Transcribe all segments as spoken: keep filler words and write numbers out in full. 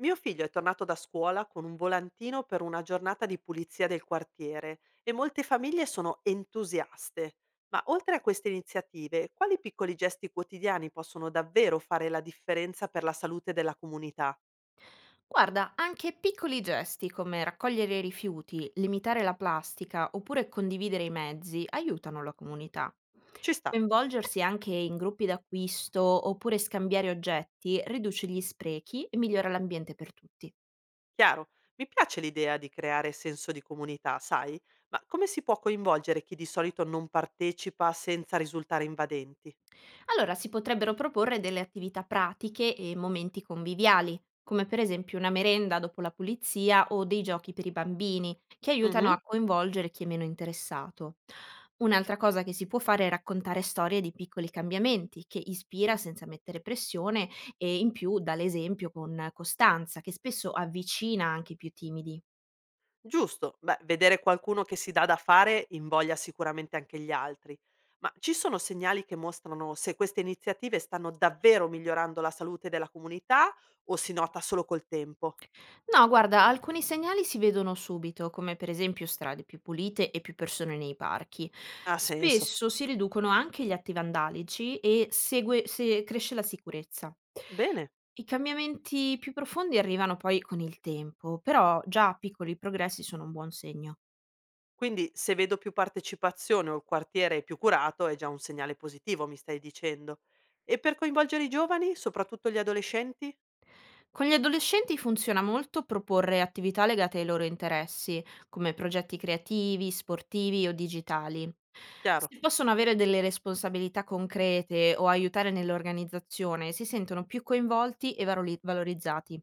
Mio figlio è tornato da scuola con un volantino per una giornata di pulizia del quartiere e molte famiglie sono entusiaste. Ma oltre a queste iniziative, quali piccoli gesti quotidiani possono davvero fare la differenza per la salute della comunità? Guarda, anche piccoli gesti come raccogliere i rifiuti, limitare la plastica oppure condividere i mezzi aiutano la comunità. Ci sta, Coinvolgersi anche in gruppi d'acquisto oppure scambiare oggetti riduce gli sprechi e migliora l'ambiente per tutti. chiaro. Mi piace l'idea di creare senso di comunità, sai, ma come si può coinvolgere chi di solito non partecipa senza risultare invadenti? Allora si potrebbero proporre delle attività pratiche e momenti conviviali, come per esempio una merenda dopo la pulizia o dei giochi per i bambini, che aiutano a coinvolgere chi è meno interessato. Un'altra cosa che si può fare è raccontare storie di piccoli cambiamenti, che ispira senza mettere pressione e in più dà l'esempio con costanza, che spesso avvicina anche i più timidi. Giusto, beh, vedere qualcuno che si dà da fare invoglia sicuramente anche gli altri, ma ci sono segnali che mostrano se queste iniziative stanno davvero migliorando la salute della comunità o si nota solo col tempo? No, guarda, alcuni segnali si vedono subito, come per esempio strade più pulite e più persone nei parchi. Ha senso. Spesso si riducono anche gli atti vandalici e segue- se cresce la sicurezza. Bene, I cambiamenti più profondi arrivano poi con il tempo, però già piccoli progressi sono un buon segno. quindi se vedo più partecipazione o il quartiere è più curato è già un segnale positivo, mi stai dicendo. E per coinvolgere i giovani, soprattutto gli adolescenti? Con gli adolescenti funziona molto proporre attività legate ai loro interessi, come progetti creativi, sportivi o digitali. Chiaro. Se possono avere delle responsabilità concrete o aiutare nell'organizzazione, si sentono più coinvolti e varoli- valorizzati.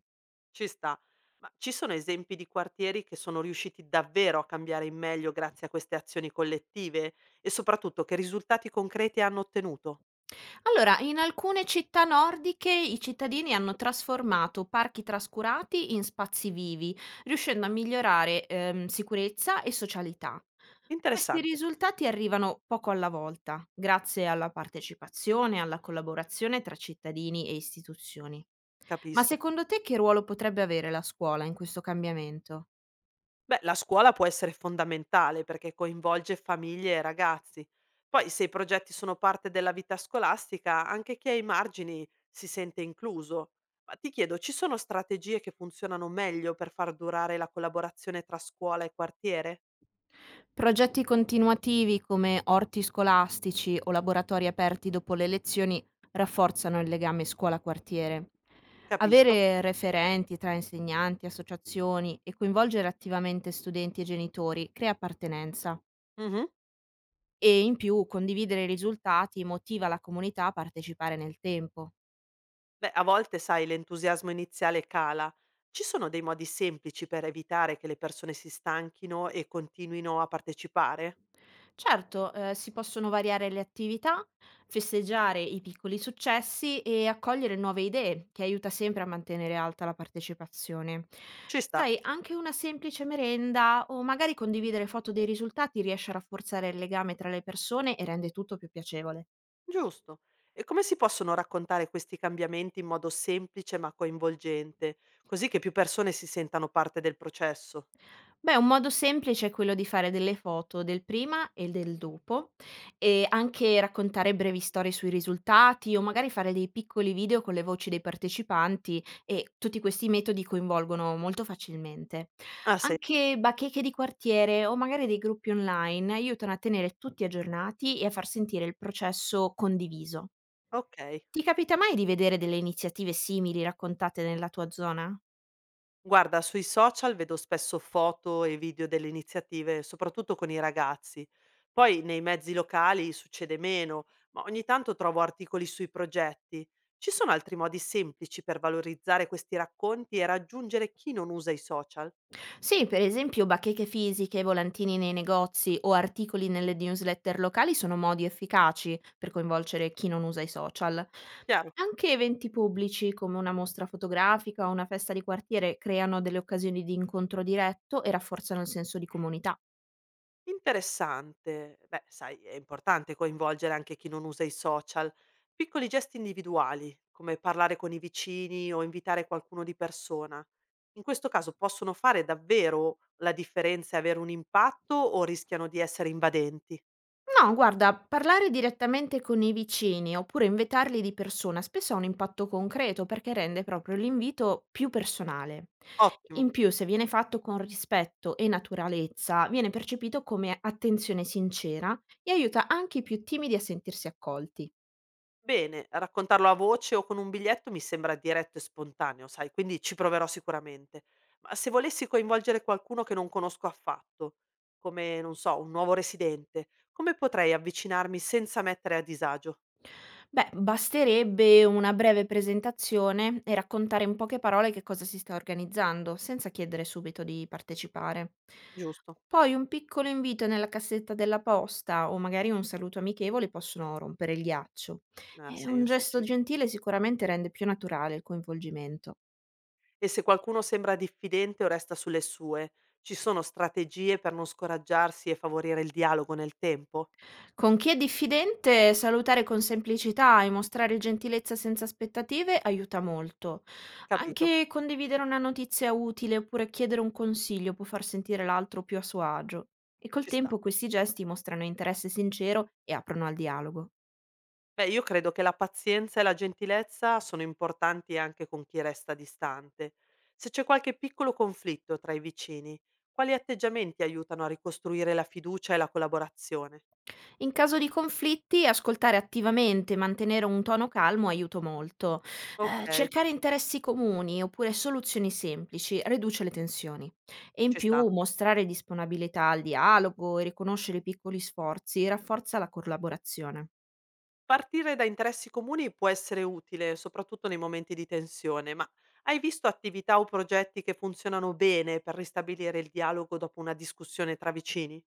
Ci sta. Ma ci sono esempi di quartieri che sono riusciti davvero a cambiare in meglio grazie a queste azioni collettive? E soprattutto che risultati concreti hanno ottenuto? Allora, in alcune città nordiche i cittadini hanno trasformato parchi trascurati in spazi vivi, riuscendo a migliorare, ehm, sicurezza e socialità. Questi Interessante, risultati arrivano poco alla volta, grazie alla partecipazione e alla collaborazione tra cittadini e istituzioni. Ma capisco. secondo te che ruolo potrebbe avere la scuola in questo cambiamento? Beh, la scuola può essere fondamentale perché coinvolge famiglie e ragazzi. Poi, se i progetti sono parte della vita scolastica, anche chi ha i margini si sente incluso. Ma ti chiedo, ci sono strategie che funzionano meglio per far durare la collaborazione tra scuola e quartiere? Progetti continuativi come orti scolastici o laboratori aperti dopo le lezioni rafforzano il legame scuola-quartiere. Capisco. Avere referenti tra insegnanti, associazioni e coinvolgere attivamente studenti e genitori crea appartenenza Mhm. e in più condividere i risultati motiva la comunità a partecipare nel tempo. Beh, a volte, sai, l'entusiasmo iniziale cala. Ci sono dei modi semplici per evitare che le persone si stanchino e continuino a partecipare? Certo, ehm, si possono variare le attività, festeggiare i piccoli successi e accogliere nuove idee, che aiuta sempre a mantenere alta la partecipazione. Ci sta, Sai, anche una semplice merenda o magari condividere foto dei risultati riesce a rafforzare il legame tra le persone e rende tutto più piacevole. giusto. E come si possono raccontare questi cambiamenti in modo semplice ma coinvolgente, così che più persone si sentano parte del processo? Beh, un modo semplice è quello di fare delle foto del prima e del dopo e anche raccontare brevi storie sui risultati o magari fare dei piccoli video con le voci dei partecipanti e tutti questi metodi coinvolgono molto facilmente. Ah sì, Anche bacheche di quartiere o magari dei gruppi online aiutano a tenere tutti aggiornati e a far sentire il processo condiviso. ok. Ti capita mai di vedere delle iniziative simili raccontate nella tua zona? Guarda, sui social vedo spesso foto e video delle iniziative, soprattutto con i ragazzi. Poi nei mezzi locali succede meno, ma ogni tanto trovo articoli sui progetti. Ci sono altri modi semplici per valorizzare questi racconti e raggiungere chi non usa i social? Sì, per esempio bacheche fisiche, volantini nei negozi o articoli nelle newsletter locali sono modi efficaci per coinvolgere chi non usa i social. Chiaro. Anche eventi pubblici come una mostra fotografica o una festa di quartiere creano delle occasioni di incontro diretto e rafforzano il senso di comunità. Interessante. Beh, sai, è importante coinvolgere anche chi non usa i social. Piccoli gesti individuali, come parlare con i vicini o invitare qualcuno di persona. In questo caso possono fare davvero la differenza e avere un impatto o rischiano di essere invadenti? No, guarda, parlare direttamente con i vicini oppure invitarli di persona spesso ha un impatto concreto perché rende proprio l'invito più personale. Ottimo. In più, se viene fatto con rispetto e naturalezza, viene percepito come attenzione sincera e aiuta anche i più timidi a sentirsi accolti. Bene, raccontarlo a voce o con un biglietto mi sembra diretto e spontaneo, sai, quindi ci proverò sicuramente. Ma se volessi coinvolgere qualcuno che non conosco affatto, come, non so, un nuovo residente, come potrei avvicinarmi senza mettere a disagio? Beh, basterebbe una breve presentazione e raccontare in poche parole che cosa si sta organizzando, senza chiedere subito di partecipare. Giusto, Poi un piccolo invito nella cassetta della posta o magari un saluto amichevole possono rompere il ghiaccio. ha E un senso, gesto sì. gentile sicuramente rende più naturale il coinvolgimento. E se qualcuno sembra diffidente o resta sulle sue, ci sono strategie per non scoraggiarsi e favorire il dialogo nel tempo? Con chi è diffidente, salutare con semplicità e mostrare gentilezza senza aspettative aiuta molto. Capito, Anche condividere una notizia utile oppure chiedere un consiglio può far sentire l'altro più a suo agio. E col ci sta. tempo questi gesti mostrano interesse sincero e aprono al dialogo. Beh, io credo che la pazienza e la gentilezza sono importanti anche con chi resta distante. Se c'è qualche piccolo conflitto tra i vicini, quali atteggiamenti aiutano a ricostruire la fiducia e la collaborazione? In caso di conflitti, ascoltare attivamente e mantenere un tono calmo aiuta molto. Eh, Ok, cercare interessi comuni oppure soluzioni semplici riduce le tensioni. E in ci più, sta. mostrare disponibilità al dialogo e riconoscere i piccoli sforzi rafforza la collaborazione. Partire da interessi comuni può essere utile, soprattutto nei momenti di tensione, ma hai visto attività o progetti che funzionano bene per ristabilire il dialogo dopo una discussione tra vicini?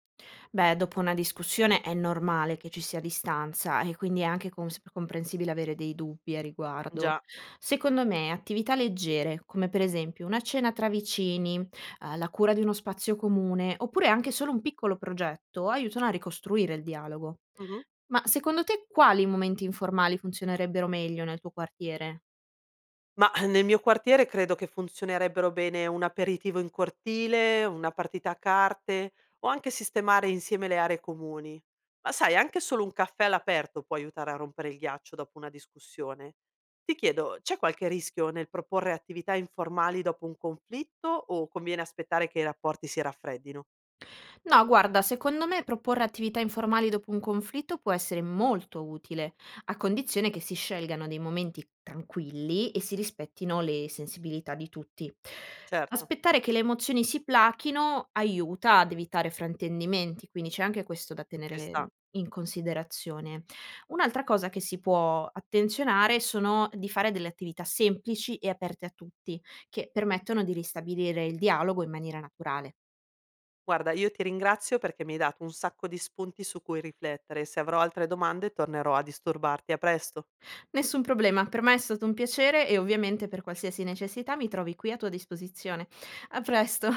Beh, dopo una discussione è normale che ci sia distanza e quindi è anche cons- comprensibile avere dei dubbi a riguardo. Già. Secondo me, attività leggere, come per esempio una cena tra vicini, eh, la cura di uno spazio comune, oppure anche solo un piccolo progetto, aiutano a ricostruire il dialogo. Mhm. Ma secondo te quali momenti informali funzionerebbero meglio nel tuo quartiere? Mah, nel mio quartiere credo che funzionerebbero bene un aperitivo in cortile, una partita a carte o anche sistemare insieme le aree comuni. Ma sai, anche solo un caffè all'aperto può aiutare a rompere il ghiaccio dopo una discussione. Ti chiedo, c'è qualche rischio nel proporre attività informali dopo un conflitto o conviene aspettare che i rapporti si raffreddino? No, guarda, secondo me proporre attività informali dopo un conflitto può essere molto utile, a condizione che si scelgano dei momenti tranquilli e si rispettino le sensibilità di tutti. Certo, Aspettare che le emozioni si plachino aiuta ad evitare fraintendimenti, quindi c'è anche questo da ci tenere sta. in considerazione. Un'altra cosa che si può attenzionare sono di fare delle attività semplici e aperte a tutti, che permettono di ristabilire il dialogo in maniera naturale. Guarda, io ti ringrazio perché mi hai dato un sacco di spunti su cui riflettere. Se avrò altre domande tornerò a disturbarti. A presto. Nessun problema, per me è stato un piacere e ovviamente per qualsiasi necessità mi trovi qui a tua disposizione. A presto.